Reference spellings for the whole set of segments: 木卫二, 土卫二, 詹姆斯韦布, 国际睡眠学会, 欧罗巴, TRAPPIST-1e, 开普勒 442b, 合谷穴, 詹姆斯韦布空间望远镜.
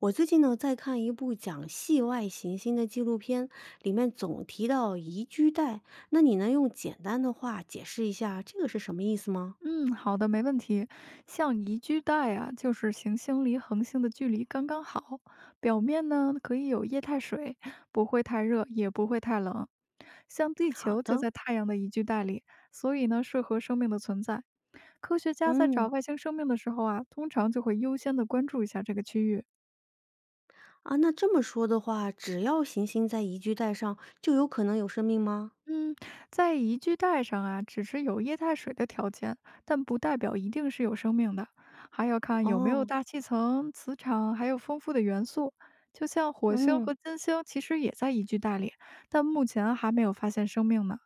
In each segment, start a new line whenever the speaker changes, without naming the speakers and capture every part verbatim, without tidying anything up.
我最近呢在看一部讲系外行星的纪录片，里面总提到宜居带，那你能用简单的话解释一下这个是什么意思吗？
嗯，好的，没问题。像宜居带啊，就是行星离恒星的距离刚刚好，表面呢可以有液态水，不会太热，也不会太冷。像地
好
球就
的。
在太阳的宜居带里，所以呢适合生命的存在。科学家在找
嗯。
外星生命的时候啊，通常就会优先的关注一下这个区域。
啊，那这么说的话，只要行星在宜居带上，就有可能有生命吗？
嗯，在宜居带上啊，只是有液态水的条件，但不代表一定是有生命的，还要看有没有
哦。
大气层、磁场，还有丰富的元素。就像火星
嗯。
和金星，其实也在宜居带里，但目前还没有发现生命呢。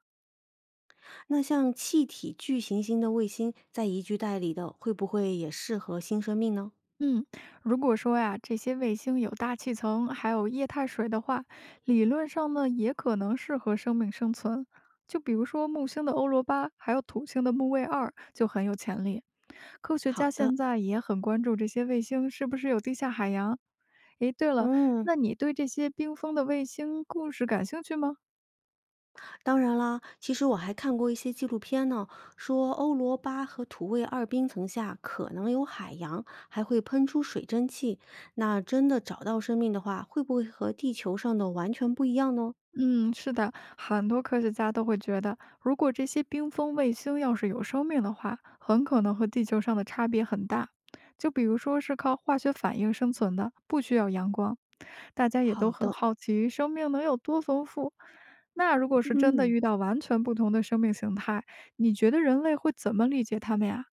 那像气体巨行星的卫星在宜居带里的，会不会也适合新生命呢？
嗯，如果说呀，这些卫星有大气层，还有液态水的话，理论上呢，也可能适合生命生存。就比如说木星的欧罗巴，还有土星的木卫二，就很有潜力。科学
好
家
的。
现在也很关注这些卫星是不是有地下海洋。诶，对了，
嗯。
那你对这些冰封的卫星故事感兴趣吗？
当然啦，其实我还看过一些纪录片呢，说欧罗巴和土卫二冰层下可能有海洋，还会喷出水蒸气。那真的找到生命的话，会不会和地球上的完全不一样呢？
嗯，是的，很多科学家都会觉得，如果这些冰封卫星要是有生命的话，很可能和地球上的差别很大。就比如说是靠化学反应生存的，不需要阳光。大家也都
好
很
的。
好奇，生命能有多丰富？那如果是真的
嗯。
遇到完全不同的生命形态，你觉得人类会怎么理解它们呀？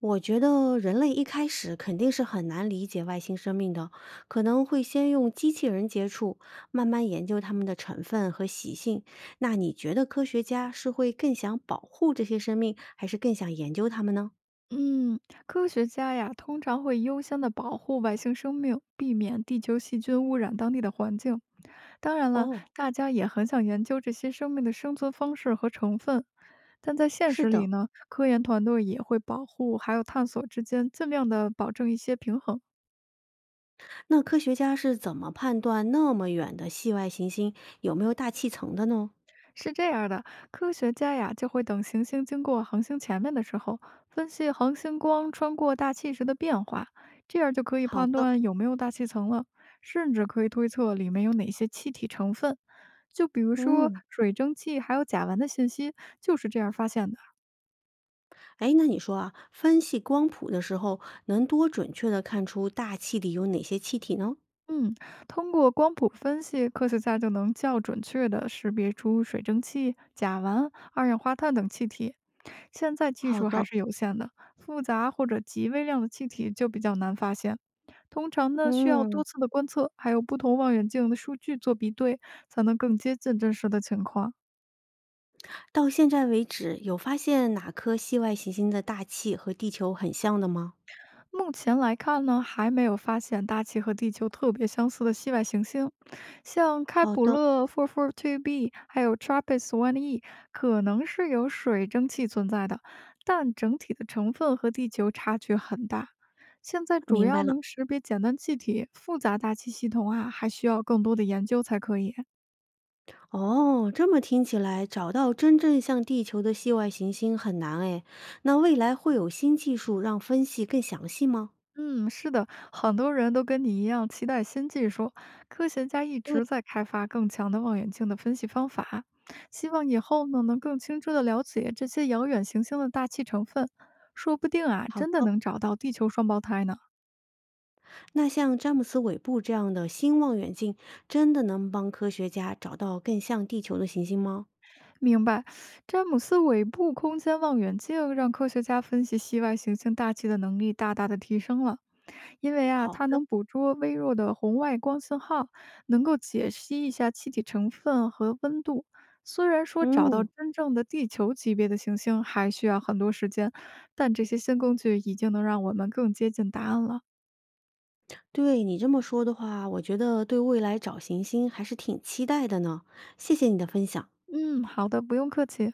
我觉得人类一开始肯定是很难理解外星生命的，可能会先用机器人接触，慢慢研究它们的成分和习性。那你觉得科学家是会更想保护这些生命，还是更想研究它们呢？
嗯，科学家呀，通常会优先的保护外星生命，避免地球细菌污染当地的环境。当然了，
哦。
大家也很想研究这些生命的生存方式和成分，但在现
是
实里
的，
呢，科研团队也会保护还有探索之间，尽量的保证一些平衡。
那科学家是怎么判断那么远的系外行星有没有大气层的呢？
是这样的，科学家呀就会等行星经过恒星前面的时候，分析恒星光穿过大气时的变化，这样就可以
好
判
的。
断有没有大气层了，甚至可以推测里面有哪些气体成分。就比如说
嗯。
水蒸气还有甲烷的信息，就是这样发现的。
哎，那你说啊，分析光谱的时候，能多准确的看出大气里有哪些气体呢？
嗯，通过光谱分析，科学家就能较准确地识别出水蒸气、甲烷、二氧化碳等气体。现在技
好
术还
的。
是有限的，复杂或者极微量的气体就比较难发现。通常呢，需要多
嗯。
次的观测，还有不同望远镜的数据做比对，才能更接近真实的情况。
到现在为止，有发现哪颗系外行星的大气和地球很像的吗？
目前来看呢，还没有发现大气和地球特别相似的系外行星，像开
好
普
的。
勒 四四二 B 还有 TRAPPIST 一 E 可能是有水蒸气存在的，但整体的成分和地球差距很大。现在主
明
要
白了。
能识别简单气体，复杂大气系统啊，还需要更多的研究才可以。
哦，这么听起来，找到真正像地球的系外行星很难诶。那未来会有新技术让分析更详细吗？
嗯，是的，很多人都跟你一样期待新技术，科学家一
对。
直在开发更强的望远镜的分析方法，希望以后呢能更清楚地了解这些遥远行星的大气成分，说不定啊
好
真的
的，
能找到地球双胞胎呢。
那像詹姆斯韦布这样的新望远镜，真的能帮科学家找到更像地球的行星吗？
明白，詹姆斯韦布空间望远镜让科学家分析系外行星大气的能力大大的提升了。因为啊，
好
它
的。
能捕捉微弱的红外光信号，能够解析一下气体成分和温度。虽然说找到
嗯。
真正的地球级别的行星还需要很多时间，但这些新工具已经能让我们更接近答案了。
对你这么说的话，我觉得对未来找行星还是挺期待的呢。谢谢你的分享。
嗯，好的，不用客气。